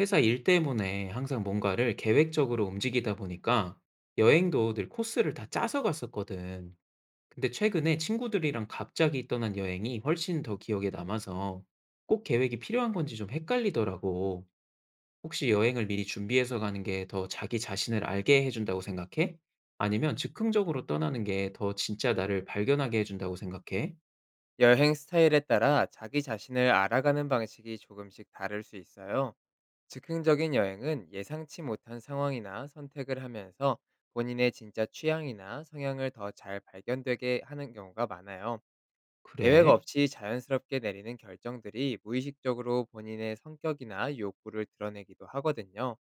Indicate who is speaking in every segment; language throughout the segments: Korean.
Speaker 1: 회사 일 때문에 항상 뭔가를 계획적으로 움직이다 보니까 여행도 늘 코스를 다 짜서 갔었거든. 근데 최근에 친구들이랑 갑자기 떠난 여행이 훨씬 더 기억에 남아서 꼭 계획이 필요한 건지 좀 헷갈리더라고. 혹시 여행을 미리 준비해서 가는 게 더 자기 자신을 알게 해준다고 생각해? 아니면 즉흥적으로 떠나는 게 더 진짜 나를 발견하게 해준다고 생각해?
Speaker 2: 여행 스타일에 따라 자기 자신을 알아가는 방식이 조금씩 다를 수 있어요. 즉흥적인 여행은 예상치 못한 상황이나 선택을 하면서 본인의 진짜 취향이나 성향을 더 잘 발견되게 하는 경우가 많아요. 계획
Speaker 1: 그래?
Speaker 2: 없이 자연스럽게 내리는 결정들이 무의식적으로 본인의 성격이나 욕구를 드러내기도 하거든요.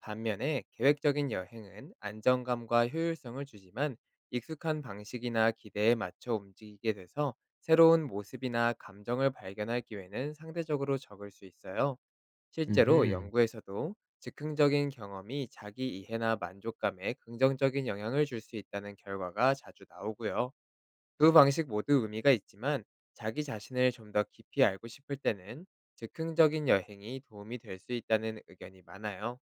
Speaker 2: 반면에 계획적인 여행은 안정감과 효율성을 주지만, 익숙한 방식이나 기대에 맞춰 움직이게 돼서 새로운 모습이나 감정을 발견할 기회는 상대적으로 적을 수 있어요. 실제로
Speaker 1: 음.
Speaker 2: 연구에서도 즉흥적인 경험이 자기 이해나 만족감에 긍정적인 영향을 줄 수 있다는 결과가 자주 나오고요. 두 방식 모두 의미가 있지만, 자기 자신을 좀 더 깊이 알고 싶을 때는 즉흥적인 여행이 도움이 될 수 있다는 의견이 많아요.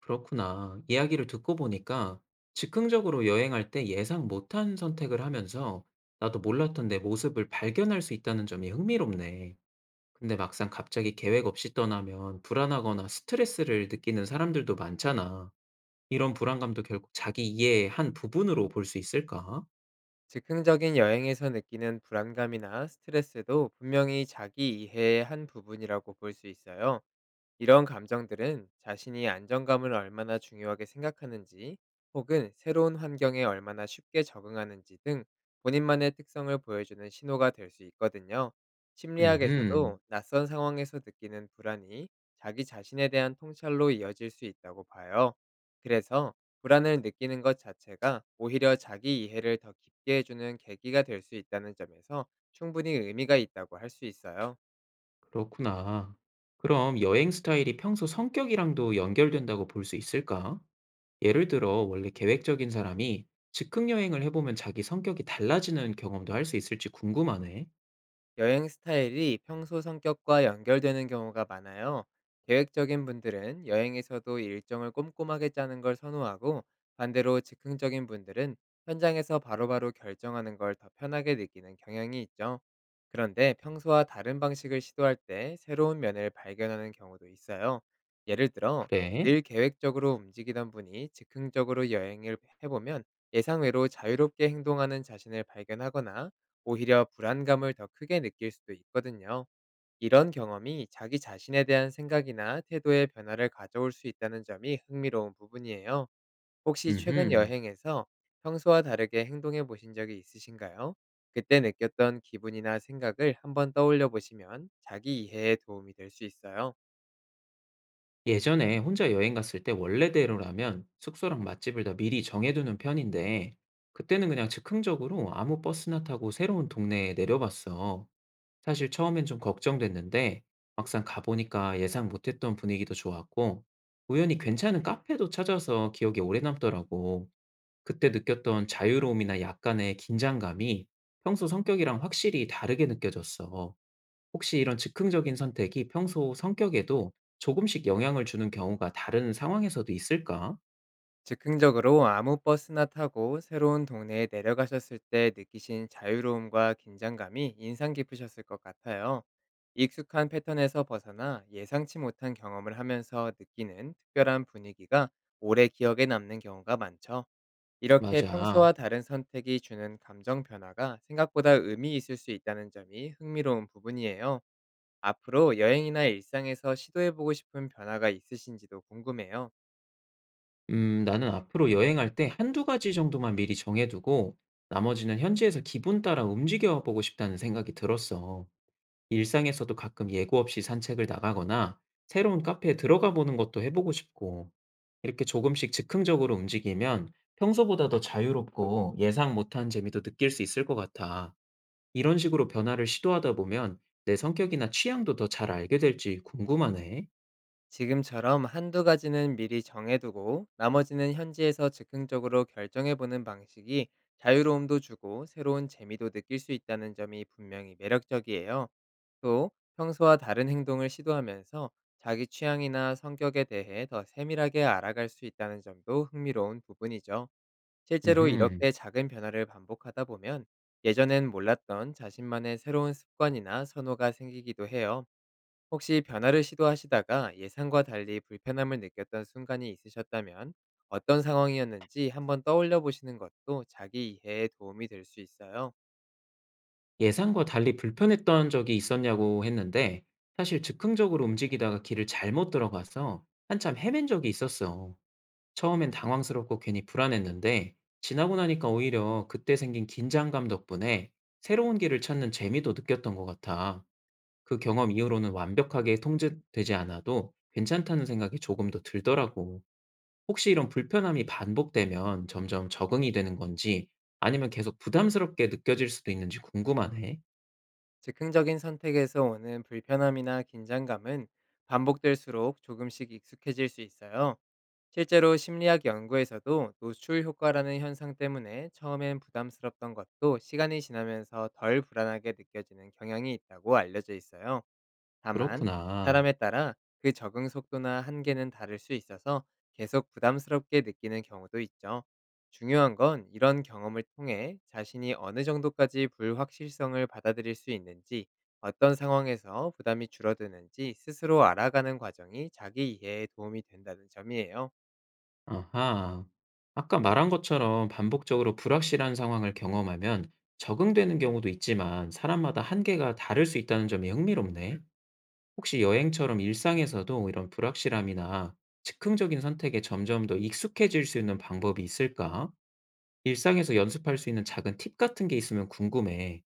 Speaker 1: 그렇구나. 이야기를 듣고 보니까 즉흥적으로 여행할 때 예상 못한 선택을 하면서 나도 몰랐던 내 모습을 발견할 수 있다는 점이 흥미롭네. 근데 막상 갑자기 계획 없이 떠나면 불안하거나 스트레스를 느끼는 사람들도 많잖아. 이런 불안감도 결국 자기 이해의 한 부분으로 볼 수 있을까?
Speaker 2: 즉흥적인 여행에서 느끼는 불안감이나 스트레스도 분명히 자기 이해의 한 부분이라고 볼 수 있어요. 이런 감정들은 자신이 안정감을 얼마나 중요하게 생각하는지, 혹은 새로운 환경에 얼마나 쉽게 적응하는지 등 본인만의 특성을 보여주는 신호가 될 수 있거든요.
Speaker 1: 음흠.
Speaker 2: 심리학에서도 낯선 상황에서 느끼는 불안이 자기 자신에 대한 통찰로 이어질 수 있다고 봐요. 그래서 불안을 느끼는 것 자체가 오히려 자기 이해를 더 깊게 해주는 계기가 될 수 있다는 점에서 충분히 의미가 있다고 할 수 있어요.
Speaker 1: 그렇구나. 그럼 여행 스타일이 평소 성격이랑도 연결된다고 볼 수 있을까? 예를 들어 원래 계획적인 사람이 즉흥 여행을 해보면 자기 성격이 달라지는 경험도 할 수 있을지 궁금하네.
Speaker 2: 여행 스타일이 평소 성격과 연결되는 경우가 많아요. 계획적인 분들은 여행에서도 일정을 꼼꼼하게 짜는 걸 선호하고, 반대로 즉흥적인 분들은 현장에서 바로바로 결정하는 걸 더 편하게 느끼는 경향이 있죠. 그런데 평소와 다른 방식을 시도할 때 새로운 면을 발견하는 경우도 있어요. 예를 들어,
Speaker 1: 그래?
Speaker 2: 늘 계획적으로 움직이던 분이 즉흥적으로 여행을 해보면 예상외로 자유롭게 행동하는 자신을 발견하거나 오히려 불안감을 더 크게 느낄 수도 있거든요. 이런 경험이 자기 자신에 대한 생각이나 태도의 변화를 가져올 수 있다는 점이 흥미로운 부분이에요. 혹시 최근
Speaker 1: 음흠.
Speaker 2: 여행에서 평소와 다르게 행동해 보신 적이 있으신가요? 그때 느꼈던 기분이나 생각을 한번 떠올려 보시면 자기 이해에 도움이 될 수 있어요.
Speaker 1: 예전에 혼자 여행 갔을 때 원래대로라면 숙소랑 맛집을 다 미리 정해두는 편인데, 그때는 그냥 즉흥적으로 아무 버스나 타고 새로운 동네에 내려봤어. 사실 처음엔 좀 걱정됐는데, 막상 가보니까 예상 못했던 분위기도 좋았고, 우연히 괜찮은 카페도 찾아서 기억에 오래 남더라고. 그때 느꼈던 자유로움이나 약간의 긴장감이 평소 성격이랑 확실히 다르게 느껴졌어. 혹시 이런 즉흥적인 선택이 평소 성격에도 조금씩 영향을 주는 경우가 다른 상황에서도 있을까?
Speaker 2: 즉흥적으로 아무 버스나 타고 새로운 동네에 내려가셨을 때 느끼신 자유로움과 긴장감이 인상 깊으셨을 것 같아요. 익숙한 패턴에서 벗어나 예상치 못한 경험을 하면서 느끼는 특별한 분위기가 오래 기억에 남는 경우가 많죠. 이렇게
Speaker 1: 맞아.
Speaker 2: 평소와 다른 선택이 주는 감정 변화가 생각보다 의미 있을 수 있다는 점이 흥미로운 부분이에요. 앞으로 여행이나 일상에서 시도해보고 싶은 변화가 있으신지도 궁금해요.
Speaker 1: 나는 앞으로 여행할 때 한두 가지 정도만 미리 정해두고 나머지는 현지에서 기분 따라 움직여 보고 싶다는 생각이 들었어. 일상에서도 가끔 예고 없이 산책을 나가거나 새로운 카페에 들어가 보는 것도 해 보고 싶고, 이렇게 조금씩 즉흥적으로 움직이면 평소보다 더 자유롭고 예상 못한 재미도 느낄 수 있을 것 같아. 이런 식으로 변화를 시도하다 보면 내 성격이나 취향도 더 잘 알게 될지 궁금하네.
Speaker 2: 지금처럼 한두 가지는 미리 정해두고 나머지는 현지에서 즉흥적으로 결정해보는 방식이 자유로움도 주고 새로운 재미도 느낄 수 있다는 점이 분명히 매력적이에요. 또 평소와 다른 행동을 시도하면서 자기 취향이나 성격에 대해 더 세밀하게 알아갈 수 있다는 점도 흥미로운 부분이죠. 실제로
Speaker 1: 음흠.
Speaker 2: 이렇게 작은 변화를 반복하다 보면 예전엔 몰랐던 자신만의 새로운 습관이나 선호가 생기기도 해요. 혹시 변화를 시도하시다가 예상과 달리 불편함을 느꼈던 순간이 있으셨다면, 어떤 상황이었는지 한번 떠올려 보시는 것도 자기 이해에 도움이 될 수 있어요.
Speaker 1: 예상과 달리 불편했던 적이 있었냐고 했는데, 사실 즉흥적으로 움직이다가 길을 잘못 들어가서 한참 헤맨 적이 있었어. 처음엔 당황스럽고 괜히 불안했는데 지나고 나니까 오히려 그때 생긴 긴장감 덕분에 새로운 길을 찾는 재미도 느꼈던 것 같아. 그 경험 이후로는 완벽하게 통제되지 않아도 괜찮다는 생각이 조금 더 들더라고. 혹시 이런 불편함이 반복되면 점점 적응이 되는 건지 아니면 계속 부담스럽게 느껴질 수도 있는지 궁금하네.
Speaker 2: 즉흥적인 선택에서 오는 불편함이나 긴장감은 반복될수록 조금씩 익숙해질 수 있어요. 실제로 심리학 연구에서도 노출 효과라는 현상 때문에 처음엔 부담스럽던 것도 시간이 지나면서 덜 불안하게 느껴지는 경향이 있다고 알려져 있어요. 다만
Speaker 1: 그렇구나.
Speaker 2: 사람에 따라 그 적응 속도나 한계는 다를 수 있어서 계속 부담스럽게 느끼는 경우도 있죠. 중요한 건, 이런 경험을 통해 자신이 어느 정도까지 불확실성을 받아들일 수 있는지, 어떤 상황에서 부담이 줄어드는지 스스로 알아가는 과정이 자기 이해에 도움이 된다는 점이에요.
Speaker 1: 아하. 아까 말한 것처럼 반복적으로 불확실한 상황을 경험하면 적응되는 경우도 있지만 사람마다 한계가 다를 수 있다는 점이 흥미롭네. 혹시 여행처럼 일상에서도 이런 불확실함이나 즉흥적인 선택에 점점 더 익숙해질 수 있는 방법이 있을까? 일상에서 연습할 수 있는 작은 팁 같은 게 있으면 궁금해.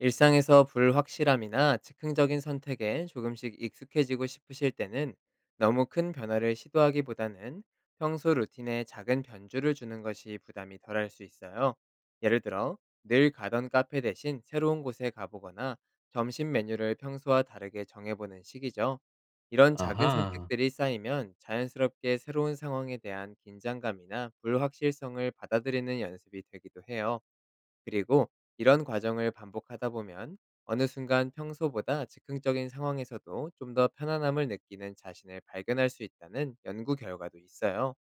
Speaker 2: 일상에서 불확실함이나 즉흥적인 선택에 조금씩 익숙해지고 싶으실 때는 너무 큰 변화를 시도하기보다는 평소 루틴에 작은 변주를 주는 것이 부담이 덜할 수 있어요. 예를 들어, 늘 가던 카페 대신 새로운 곳에 가보거나 점심 메뉴를 평소와 다르게 정해보는 시기죠. 이런 작은
Speaker 1: 아하.
Speaker 2: 선택들이 쌓이면 자연스럽게 새로운 상황에 대한 긴장감이나 불확실성을 받아들이는 연습이 되기도 해요. 그리고 이런 과정을 반복하다 보면 어느 순간 평소보다 즉흥적인 상황에서도 좀 더 편안함을 느끼는 자신을 발견할 수 있다는 연구 결과도 있어요.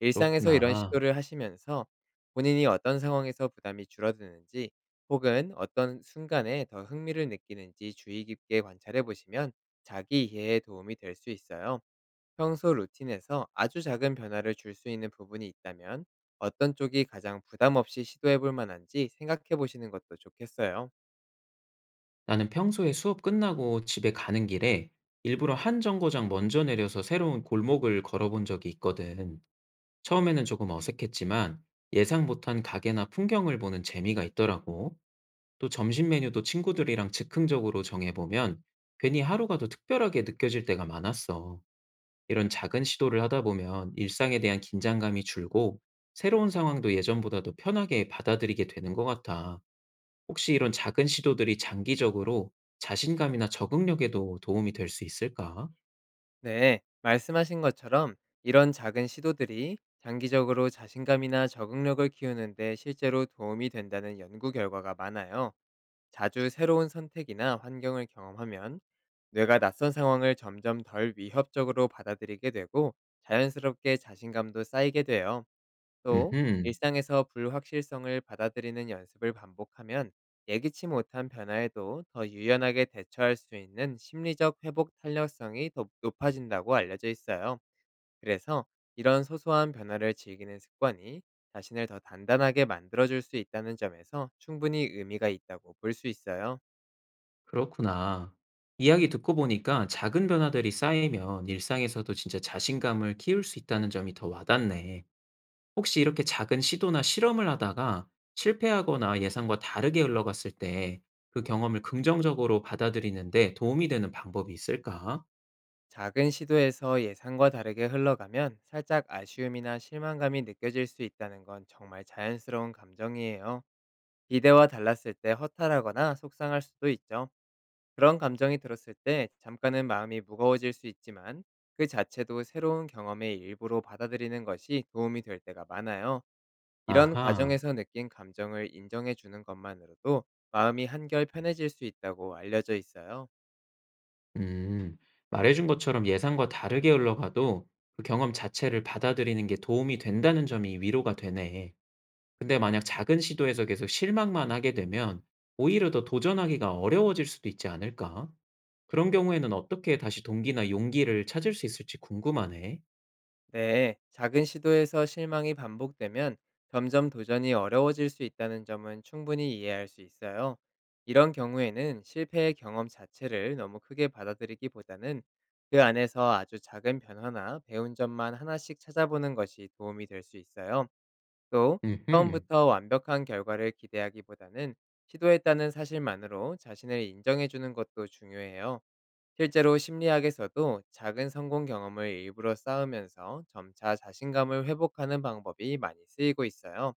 Speaker 2: 일상에서 이런
Speaker 1: 그렇구나.
Speaker 2: 시도를 하시면서 본인이 어떤 상황에서 부담이 줄어드는지, 혹은 어떤 순간에 더 흥미를 느끼는지 주의 깊게 관찰해 보시면 자기 이해에 도움이 될 수 있어요. 평소 루틴에서 아주 작은 변화를 줄 수 있는 부분이 있다면, 어떤 쪽이 가장 부담 없이 시도해 볼 만한지 생각해 보시는 것도 좋겠어요.
Speaker 1: 나는 평소에 수업 끝나고 집에 가는 길에 일부러 한 정거장 먼저 내려서 새로운 골목을 걸어본 적이 있거든. 처음에는 조금 어색했지만 예상 못한 가게나 풍경을 보는 재미가 있더라고. 또 점심 메뉴도 친구들이랑 즉흥적으로 정해보면 괜히 하루가 더 특별하게 느껴질 때가 많았어. 이런 작은 시도를 하다 보면 일상에 대한 긴장감이 줄고 새로운 상황도 예전보다도 편하게 받아들이게 되는 것 같아. 혹시 이런 작은 시도들이 장기적으로 자신감이나 적응력에도 도움이 될 수 있을까?
Speaker 2: 네, 말씀하신 것처럼 이런 작은 시도들이 장기적으로 자신감이나 적응력을 키우는데 실제로 도움이 된다는 연구 결과가 많아요. 자주 새로운 선택이나 환경을 경험하면 뇌가 낯선 상황을 점점 덜 위협적으로 받아들이게 되고 자연스럽게 자신감도 쌓이게 돼요. 또
Speaker 1: 음흠.
Speaker 2: 일상에서 불확실성을 받아들이는 연습을 반복하면 예기치 못한 변화에도 더 유연하게 대처할 수 있는 심리적 회복 탄력성이 더 높아진다고 알려져 있어요. 그래서 이런 소소한 변화를 즐기는 습관이 자신을 더 단단하게 만들어줄 수 있다는 점에서 충분히 의미가 있다고 볼 수 있어요.
Speaker 1: 그렇구나. 이야기 듣고 보니까 작은 변화들이 쌓이면 일상에서도 진짜 자신감을 키울 수 있다는 점이 더 와닿네. 혹시 이렇게 작은 시도나 실험을 하다가 실패하거나 예상과 다르게 흘러갔을 때 그 경험을 긍정적으로 받아들이는데 도움이 되는 방법이 있을까?
Speaker 2: 작은 시도에서 예상과 다르게 흘러가면 살짝 아쉬움이나 실망감이 느껴질 수 있다는 건 정말 자연스러운 감정이에요. 기대와 달랐을 때 허탈하거나 속상할 수도 있죠. 그런 감정이 들었을 때 잠깐은 마음이 무거워질 수 있지만, 그 자체도 새로운 경험의 일부로 받아들이는 것이 도움이 될 때가 많아요. 이런
Speaker 1: 아하.
Speaker 2: 과정에서 느낀 감정을 인정해 주는 것만으로도 마음이 한결 편해질 수 있다고 알려져 있어요.
Speaker 1: 음, 말해준 것처럼 예상과 다르게 흘러가도 그 경험 자체를 받아들이는 게 도움이 된다는 점이 위로가 되네. 근데 만약 작은 시도에서 계속 실망만 하게 되면 오히려 더 도전하기가 어려워질 수도 있지 않을까? 그런 경우에는 어떻게 다시 동기나 용기를 찾을 수 있을지 궁금하네.
Speaker 2: 네, 작은 시도에서 실망이 반복되면 점점 도전이 어려워질 수 있다는 점은 충분히 이해할 수 있어요. 이런 경우에는 실패의 경험 자체를 너무 크게 받아들이기보다는 그 안에서 아주 작은 변화나 배운 점만 하나씩 찾아보는 것이 도움이 될 수 있어요. 또
Speaker 1: 음흠.
Speaker 2: 처음부터 완벽한 결과를 기대하기보다는 시도했다는 사실만으로 자신을 인정해 주는 것도 중요해요. 실제로 심리학에서도 작은 성공 경험을 일부러 쌓으면서 점차 자신감을 회복하는 방법이 많이 쓰이고 있어요.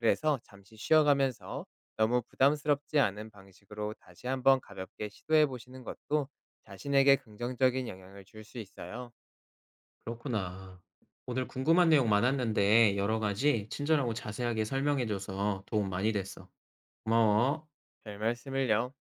Speaker 2: 그래서 잠시 쉬어가면서 너무 부담스럽지 않은 방식으로 다시 한번 가볍게 시도해 보시는 것도 자신에게 긍정적인 영향을 줄 수 있어요.
Speaker 1: 그렇구나. 오늘 궁금한 내용 많았는데 여러 가지 친절하고 자세하게 설명해줘서 도움 많이 됐어. 고마워.
Speaker 2: 별 말씀을요.